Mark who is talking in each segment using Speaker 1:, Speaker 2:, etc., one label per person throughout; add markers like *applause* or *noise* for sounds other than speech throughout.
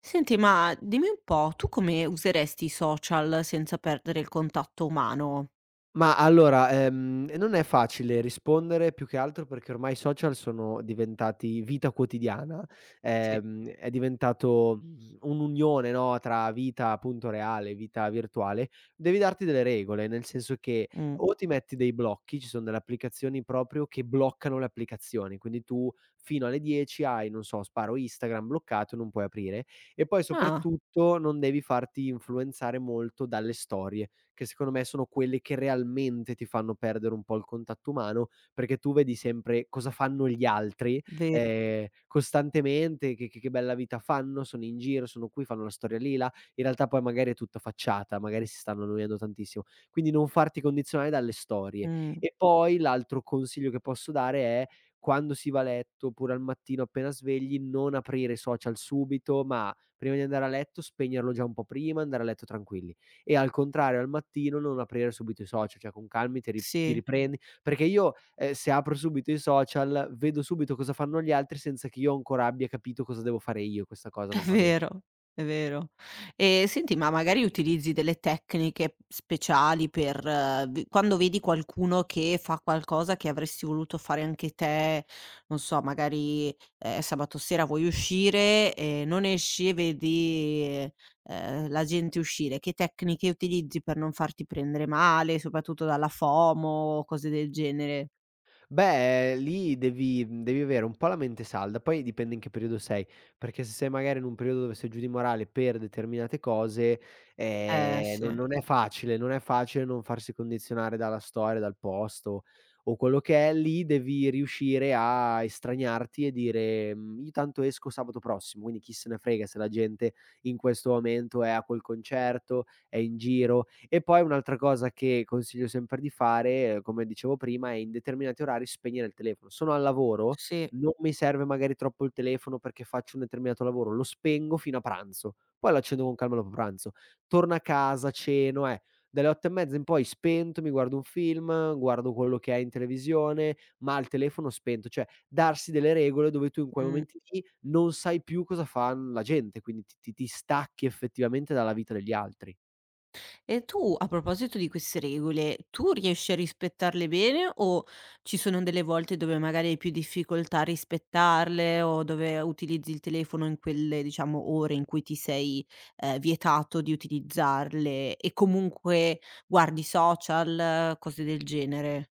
Speaker 1: Senti, ma dimmi un po', tu come useresti i social senza perdere il contatto umano?
Speaker 2: Non è facile rispondere, più che altro perché ormai i social sono diventati vita quotidiana,
Speaker 1: Sì.
Speaker 2: è diventato, un'unione, no, tra vita appunto reale e vita virtuale. Devi darti delle regole, nel senso che
Speaker 1: Mh.
Speaker 2: o ti metti dei blocchi, ci son delle applicazioni proprio che bloccano le applicazioni, quindi tu fino alle 10 hai, non so, sparo Instagram bloccato, non puoi aprire. E poi
Speaker 1: Ah,
Speaker 2: soprattutto non devi farti influenzare molto dalle storie che secondo me sono quelle che realmente ti fanno perdere un po' il contatto umano, perché tu vedi sempre cosa fanno gli altri,
Speaker 1: ve
Speaker 2: costantemente, che bella vita fanno, sono in giro, sono qui, fanno la storia lì, là. In realtà poi magari è tutta facciata, magari si stanno annoiando tantissimo. Quindi non farti condizionare dalle storie.
Speaker 1: mh,
Speaker 2: E poi l'altro consiglio che posso dare è: quando si va a letto, oppure al mattino appena svegli, non aprire i social subito, ma prima di andare a letto spegnerlo già un po' prima, andare a letto tranquilli, e al contrario al mattino non aprire subito i social, cioè con calmi ti
Speaker 1: sì.
Speaker 2: riprendi, perché io, se apro subito i social vedo subito cosa fanno gli altri senza che io ancora abbia capito cosa devo fare io, questa cosa
Speaker 1: È
Speaker 2: non va be.
Speaker 1: vero, è vero. E senti, ma magari utilizzi delle tecniche speciali per v quando vedi qualcuno che fa qualcosa che avresti voluto fare anche te, non so, magari, sabato sera vuoi uscire e non esci e vedi, la gente uscire, che tecniche utilizzi per non farti prendere male, soprattutto dalla FOMO o cose del genere?
Speaker 2: Beh, lì devi devi avere un po' la mente salda, poi dipende in che periodo sei, perché se sei magari in un periodo dove sei giù di morale per determinate cose,
Speaker 1: Eh
Speaker 2: non
Speaker 1: sì,
Speaker 2: non è facile, non è facile non farsi condizionare dalla storia, dal posto o quello che è. Lì devi riuscire a estraniarti e dire: Io tanto esco sabato prossimo, quindi chi se ne frega se la gente in questo momento è a quel concerto, è in giro". E poi un'altra cosa che consiglio sempre di fare, come dicevo prima, è in determinati orari spegnere il telefono. Sono al lavoro,
Speaker 1: sì,
Speaker 2: non mi serve magari troppo il telefono perché faccio un determinato lavoro, lo spengo fino a pranzo, poi lo accendo con calma dopo pranzo. Torno a casa, ceno, dalle 8 e mezza in poi spento, mi guardo un film, guardo quello che è in televisione, ma il telefono spento, cioè darsi delle regole dove tu in quei
Speaker 1: mh.
Speaker 2: momenti lì non sai più cosa fa la gente, quindi ti stacchi effettivamente dalla vita degli altri.
Speaker 1: E tu, a proposito di queste regole, tu riesci a rispettarle bene o ci sono delle volte dove magari hai più difficoltà a rispettarle o dove utilizzi il telefono in quelle, diciamo, ore in cui ti sei, vietato di utilizzarle e comunque guardi social, cose del genere?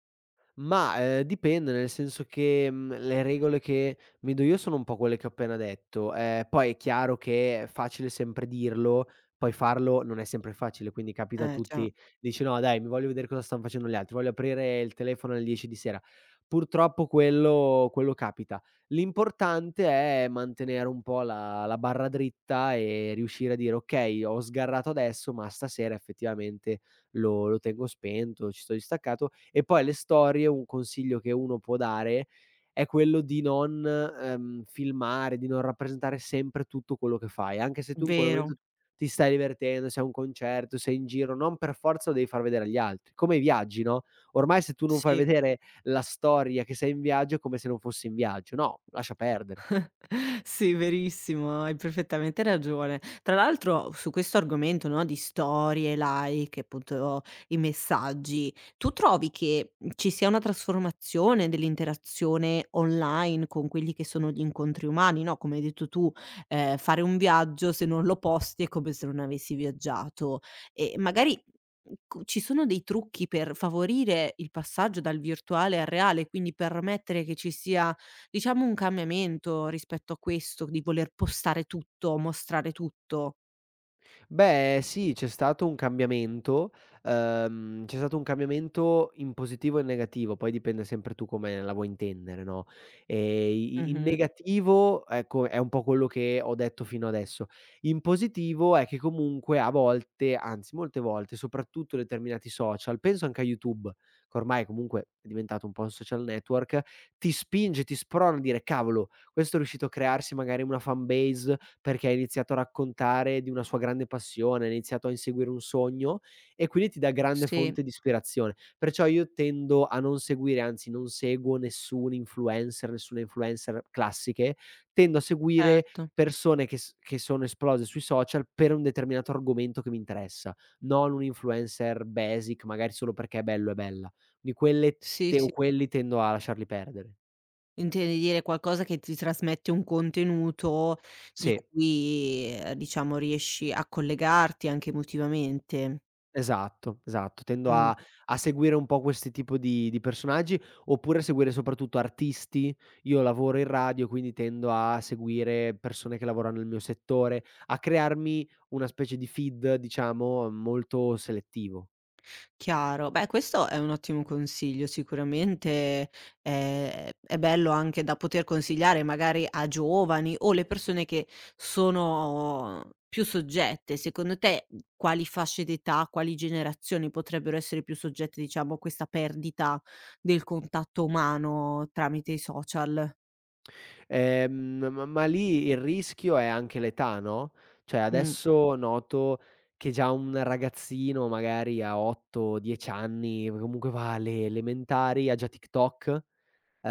Speaker 2: Mah, dipende, nel senso che, le regole che mi do io sono un po' quelle che ho appena detto. Poi è chiaro che è facile sempre dirlo, poi farlo non è sempre facile, quindi capita a
Speaker 1: Eh già,
Speaker 2: tutti. Dici: "No dai, mi voglio vedere cosa stan facendo gli altri, voglio aprire il telefono alle 10 di sera." Purtroppo quello capita. L'importante è mantenere un po' la barra dritta e riuscire a dire: "Okay, ho sgarrato adesso, ma stasera effettivamente lo tengo spento, ci sto distaccato". E poi le storie, un consiglio che uno può dare è quello di non, filmare, di non rappresentare sempre tutto quello che fai, anche se tu in quel
Speaker 1: vero,
Speaker 2: momento ti stai divertendo, sei a un concerto, sei in giro, non per forza lo devi far vedere agli altri. Come i viaggi, no, ormai se tu non fai
Speaker 1: sì.
Speaker 2: vedere la storia che sei in viaggio, è come se non fossi in viaggio. No, lascia perdere.
Speaker 1: *laughs* Sì, verissimo, hai perfettamente ragione. Tra l'altro su questo argomento, no, di storie, like, appunto i messaggi, tu trovi che ci sia una trasformazione dell'interazione online con quelli che sono gli incontri umani, no, come hai detto tu, fare un viaggio se non lo posti è come se non avessi viaggiato. E magari, co ci sono dei trucchi per favorire il passaggio dal virtuale al reale, quindi permettere che ci sia diciamo un cambiamento rispetto a questo, di voler postare tutto, mostrare tutto.
Speaker 2: Beh, sì, c'è stato un cambiamento, c'è stato un cambiamento in positivo e in negativo, poi dipende sempre tu come la vuoi intendere, no, ehm, i in
Speaker 1: Mh-mh.
Speaker 2: negativo, ecco, è un po' quello che ho detto fino adesso. In positivo è che comunque a volte, anzi molte volte, soprattutto determinati social, penso anche a YouTube, che ormai comunque è diventato un po' un social network, ti spinge, ti sprona a dire: "Cavolo, questo è riuscito a crearsi magari una fan base perché ha iniziato a raccontare di una sua grande passione, ha iniziato a inseguire un sogno e quindi ti dà grande
Speaker 1: Sì,
Speaker 2: fonte di ispirazione". Perciò io tendo a non seguire, anzi non seguo nessun influencer, nessuna influencer classiche, tendo a seguire
Speaker 1: certo.
Speaker 2: persone che sono esplose sui social per un determinato argomento che mi interessa, non un influencer basic, magari solo perché è bello e bella. Di quelle
Speaker 1: Sì,
Speaker 2: te o
Speaker 1: sì.
Speaker 2: quelli tendo a lasciarli perdere.
Speaker 1: Intendi dire qualcosa che ti trasmette un contenuto di
Speaker 2: Sì.
Speaker 1: cui, diciamo riesci a collegarti anche emotivamente.
Speaker 2: Esatto, esatto. Tendo
Speaker 1: Mh.
Speaker 2: a seguire un po' questi tipo di personaggi, oppure seguire soprattutto artisti. Io lavoro in radio, quindi tendo a seguire persone che lavorano nel mio settore, a crearmi una specie di feed, diciamo, molto selettivo.
Speaker 1: Chiaro. Beh, questo è un ottimo consiglio sicuramente, è bello anche da poter consigliare magari a giovani o le persone che sono più soggette. Secondo te, quali fasce d'età, quali generazioni potrebbero essere più soggette, diciamo, a questa perdita del contatto umano tramite i social?
Speaker 2: Ma lì il rischio è anche l'età, no, cioè
Speaker 1: Mh,
Speaker 2: adesso noto che già un ragazzino magari a 8, 10 anni, comunque va alle elementari, ha già TikTok.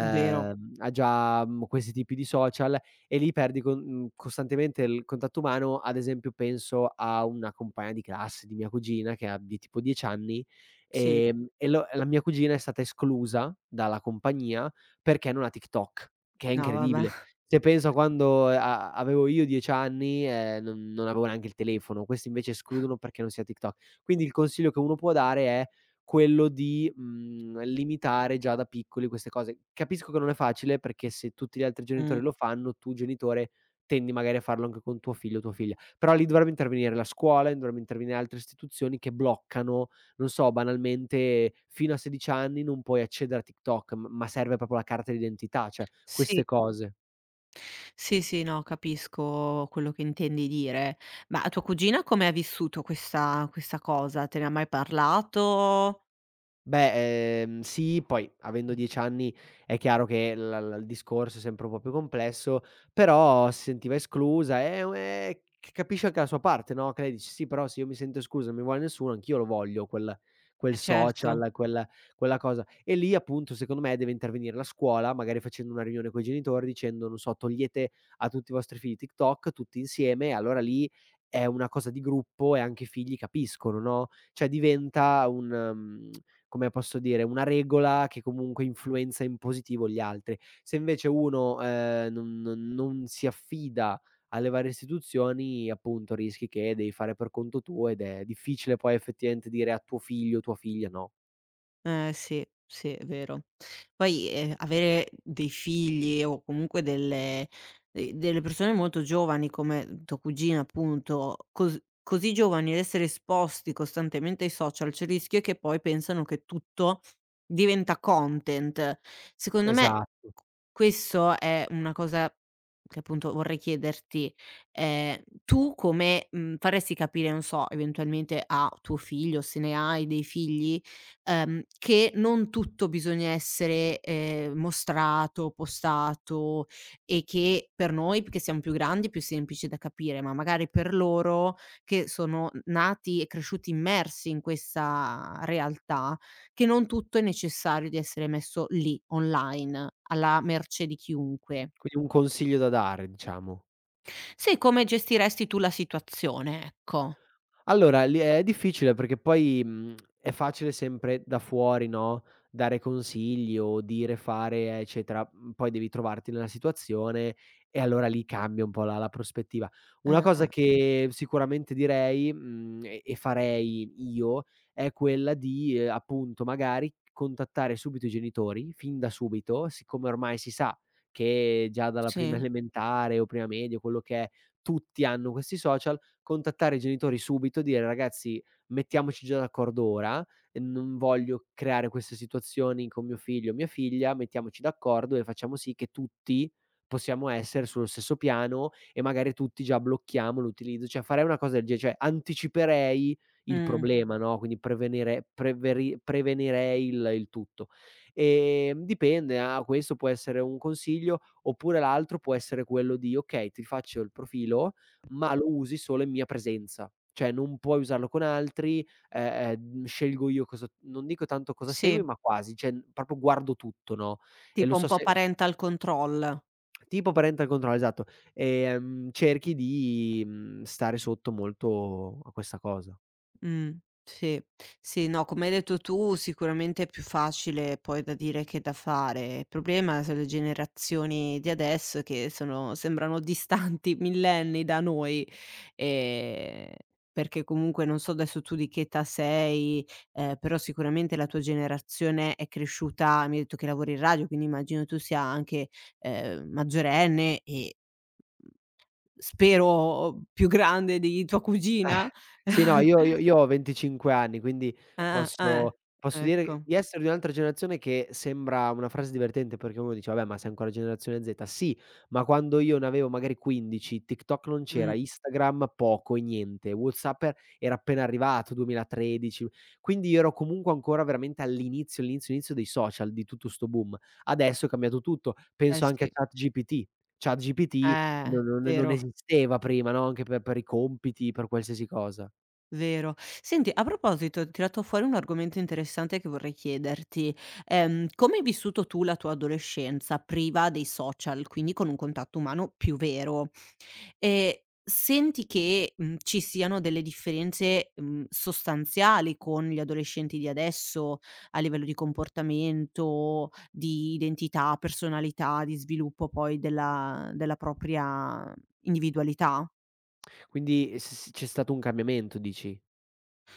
Speaker 1: vero.
Speaker 2: Ha già, questi tipi di social, e lì perdi con costantemente il contatto umano. Ad esempio penso a una compagna di classe di mia cugina che ha di tipo 10 anni,
Speaker 1: Sì.
Speaker 2: e lo la mia cugina è stata esclusa dalla compagnia perché non ha TikTok, che è
Speaker 1: No, vabbè.
Speaker 2: incredibile. Se penso a quando a avevo io 10 anni, non avevo neanche il telefono, questi invece escludono perché non si ha TikTok. Quindi il consiglio che uno può dare è quello di, limitare già da piccoli queste cose. Capisco che non è facile, perché se tutti gli altri
Speaker 1: Mh.
Speaker 2: genitori lo fanno, tu genitore tendi magari a farlo anche con tuo figlio o tua figlia. Però lì dovrebbe intervenire la scuola, dovrebbe intervenire altre istituzioni che bloccano, non so, banalmente fino a 16 anni non puoi accedere a TikTok, m ma serve proprio la carta d'identità, cioè
Speaker 1: Sì.
Speaker 2: queste cose.
Speaker 1: Sì, sì, no, capisco quello che intendi dire. Ma tua cugina come ha vissuto questa cosa? Te ne ha mai parlato?
Speaker 2: Beh, sì, poi avendo 10 anni è chiaro che la la il discorso è sempre un po' più complesso, però si sentiva esclusa e u e c capisci anche la sua parte, no, che lei dice: "Sì, però se io mi sento esclusa, non mi vuole nessuno, anch'io lo voglio quel
Speaker 1: Eh certo.
Speaker 2: social, quella cosa". E lì appunto, secondo me, deve intervenire la scuola, magari facendo una riunione coi genitori dicendo, non so: "Togliete a tutti i vostri figli TikTok, tutti insieme", e allora lì è una cosa di gruppo e anche i figli capiscono, no, cioè diventa un mhmm come posso dire, una regola che comunque influenza in positivo gli altri. Se invece uno, non si affida alle varie istituzioni, appunto rischi che devi fare per conto tuo ed è difficile poi effettivamente dire a tuo figlio, tua figlia no.
Speaker 1: Eh sì, sì, è vero. Poi, avere dei figli o comunque delle de delle persone molto giovani come tua cugina appunto, così giovani ed essere esposti costantemente ai social, c'è il rischio che poi pensano che tutto diventa content. Secondo me q
Speaker 2: Esatto.
Speaker 1: questo è una cosa che appunto vorrei chiederti: tu come, faresti capire, non so, eventualmente a tuo figlio, se ne hai dei figli, che non tutto bisogna essere, mostrato, postato e che per noi, perché siamo più grandi, è più semplice da capire, ma magari per loro che sono n nati e cresciuti immersi in questa realtà, che non tutto è necessario di essere messo lì, online, alla mercé di chiunque.
Speaker 2: Quindi un consiglio da dare, diciamo.
Speaker 1: Sì, come gestiresti tu la situazione, ecco.
Speaker 2: Allora lì è difficile perché poi, è facile sempre da fuori, no, dare consigli o dire, fare, eccetera, poi devi trovarti nella situazione e allora lì cambia un po' la prospettiva. Una
Speaker 1: Eh, eh,
Speaker 2: cosa che sicuramente direi, e farei io, è quella di, appunto, magari contattare subito i genitori, fin da subito, siccome ormai si sa che già dalla prima
Speaker 1: sì.
Speaker 2: *laughs* elementare o prima media, quello che è, tutti hanno questi social. Contattare i genitori subito e dire: "Ragazzi, mettiamoci già d'accordo ora, non voglio creare queste situazioni con mio figlio o mia figlia, mettiamoci d'accordo e facciamo sì che tutti possiamo essere sullo stesso piano e magari tutti già blocchiamo l'utilizzo", cioè farei una cosa del ge cioè anticiperei il
Speaker 1: Mh.
Speaker 2: problema, no, quindi prevenirei il tutto. Dipende, ah, questo può essere un consiglio, oppure l'altro può essere quello di: "Okay, ti faccio il profilo, ma lo usi solo in mia presenza. Cioè non puoi usarlo con altri, scelgo io cosa, non dico tanto cosa segui,
Speaker 1: Sì,
Speaker 2: ma quasi, cioè proprio guardo tutto, no, e lo
Speaker 1: tipo un
Speaker 2: so
Speaker 1: po'
Speaker 2: se"
Speaker 1: parental control.
Speaker 2: tipo parental control, esatto. Cerchi di, stare sotto molto a questa cosa.
Speaker 1: Mh, sì. Sì, no, come hai detto tu sicuramente è più facile poi da dire che da fare. Il problema sono le generazioni di adesso che sono sembrano distanti *laughs* millenni da noi, ehm, perché comunque non so adesso tu di che età sei, però sicuramente la tua generazione è cresciuta mi hai detto che lavori in radio, quindi immagino tu sia anche, maggiorenne e spero più grande di tua cugina?
Speaker 2: Eh. Sì, no,
Speaker 1: *laughs*
Speaker 2: io ho 25 anni, quindi
Speaker 1: Eh.
Speaker 2: posso dire
Speaker 1: Ecco.
Speaker 2: di essere di un'altra generazione, che sembra una frase divertente perché uno dice: "Vabbè, ma sei ancora generazione Z". Sì, ma quando io ne avevo magari 15, TikTok non c'era,
Speaker 1: Mh.
Speaker 2: Instagram poco e niente, WhatsApp era appena arrivato, 2013, quindi io ero comunque ancora veramente all'inizio, all'inizio, inizio dei social, di tutto 'sto boom. Adesso è cambiato tutto,
Speaker 1: Eh
Speaker 2: penso anche a
Speaker 1: sì.
Speaker 2: ChatGPT. ChatGPT non
Speaker 1: Vero,
Speaker 2: esisteva prima, no, anche per i compiti, per qualsiasi cosa.
Speaker 1: vero. Senti, a proposito, hai tirato fuori un argomento interessante che vorrei chiederti. Come hai vissuto tu la tua adolescenza priva dei social, quindi con un contatto umano più vero? Ehm, senti che, ci siano delle differenze, sostanziali con gli adolescenti di adesso a livello di comportamento, di identità, personalità, di sviluppo poi della propria individualità?
Speaker 2: Quindi s s c'è stato un cambiamento dici?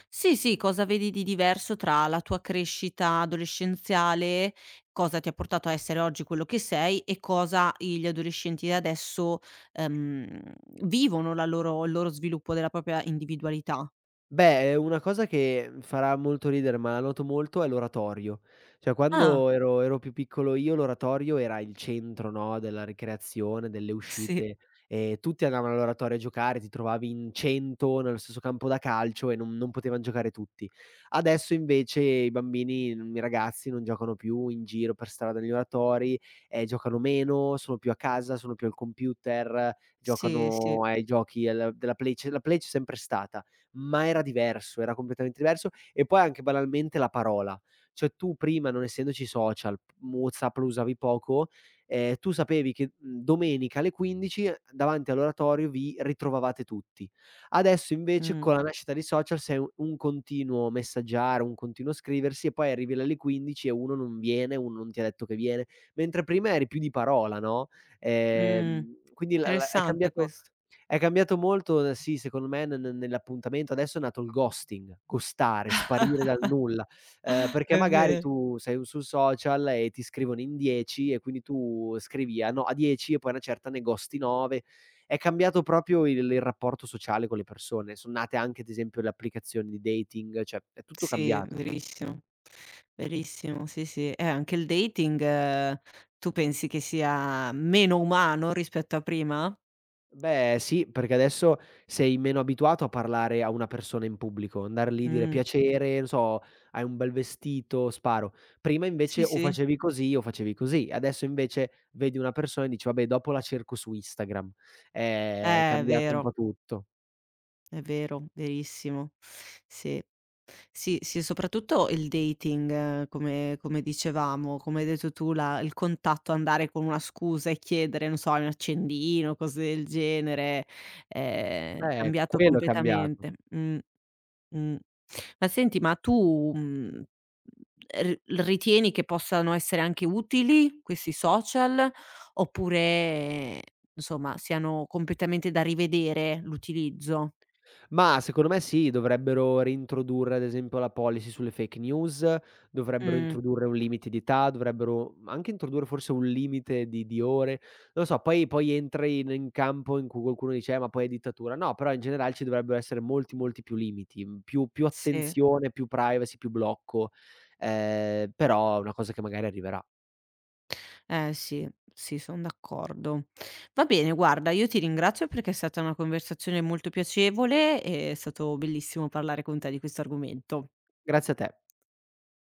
Speaker 1: Sì, sì, cosa vedi di diverso tra la tua crescita adolescenziale, cosa ti ha portato a essere oggi quello che sei e cosa i gli adolescenti di adesso, ehm, vivono la loro il loro sviluppo della propria individualità?
Speaker 2: Beh, una cosa che farà molto ridere, ma la noto molto, è l'oratorio. Cioè
Speaker 1: Ah,
Speaker 2: quando ero più piccolo io, l'oratorio era il centro, no, della ricreazione, delle
Speaker 1: sì,
Speaker 2: uscite, e tutti andavano all'oratorio a giocare, ti trovavi in 100 nello stesso campo da calcio e non potevan giocare tutti. Adesso invece i bambini, i ragazzi non giocano più in giro per strada negli oratori, giocano meno, sono più a casa, sono più al computer,
Speaker 1: sì, sì.
Speaker 2: giocano ai giochi al della Play, c'è la Play, c'è sempre stata ma era diverso, era completamente diverso. E poi anche banalmente la parola. Cioè tu prima non essendoci social, WhatsApp lo usavi poco, tu sapevi che, domenica alle 15 davanti all'oratorio vi ritrovavate tutti. Adesso invece
Speaker 1: Mh,
Speaker 2: con la nascita dei social sei u un continuo messaggiare, un continuo scriversi e poi arrivi là alle 15 e uno non viene, uno non ti ha detto che viene, mentre prima eri più di parola, no,
Speaker 1: mh,
Speaker 2: quindi la la è
Speaker 1: interessante
Speaker 2: cambiato,
Speaker 1: questo.
Speaker 2: è cambiato molto, sì, secondo me ne ne nell'appuntamento. Adesso è nato il ghosting, ghostare, sparire dal nulla,
Speaker 1: *laughs*
Speaker 2: perché
Speaker 1: È
Speaker 2: magari
Speaker 1: ve
Speaker 2: tu sei un sul social e ti scrivono in 10 e quindi tu scrivi a no a 10 e poi a una certa ne ghosti 9. È cambiato proprio il rapporto sociale con le persone. Son nate anche, ad esempio, le applicazioni di dating, cioè è tutto
Speaker 1: sì,
Speaker 2: cambiato.
Speaker 1: verissimo, verissimo, sì, sì. Anche il dating, tu pensi che sia meno umano rispetto a prima?
Speaker 2: Beh sì, perché adesso sei meno abituato a parlare a una persona in pubblico, andar lì dire:
Speaker 1: Mh,
Speaker 2: "Piacere", non so: "Hai un bel vestito", sparo. Prima invece
Speaker 1: sì,
Speaker 2: o
Speaker 1: sì,
Speaker 2: facevi così o facevi così. Adesso invece vedi una persona e dici: "Vabbè dopo la cerco su Instagram". È
Speaker 1: è
Speaker 2: cambiato un
Speaker 1: vero.
Speaker 2: po' tutto.
Speaker 1: È vero, verissimo. Sì. Sì, sì, soprattutto il dating, come come dicevamo, come hai detto tu, la il contatto, andare con una scusa e chiedere, non so, un accendino, cose del genere, cambiato
Speaker 2: Quello è cambiato.
Speaker 1: completamente. Mh. Mh. Ma senti, ma tu, r ritieni che possano essere anche utili questi social, oppure insomma siano completamente da rivedere l'utilizzo?
Speaker 2: Mah, secondo me sì, dovrebbero reintrodurre ad esempio la policy sulle fake news, dovrebbero
Speaker 1: Mh,
Speaker 2: introdurre un limite di età, dovrebbero anche introdurre forse un limite di ore, non lo so, poi entri in campo in cui qualcuno dice: ma poi è dittatura". No, però in generale ci dovrebbero essere molti, molti più limiti, più
Speaker 1: sì.
Speaker 2: attenzione, più privacy, più blocco, però è una cosa che magari arriverà.
Speaker 1: Eh sì, sì, son d'accordo. Va bene, guarda, io ti ringrazio perché è stata una conversazione molto piacevole, è stato bellissimo parlare con te di questo argomento.
Speaker 2: Grazie a te.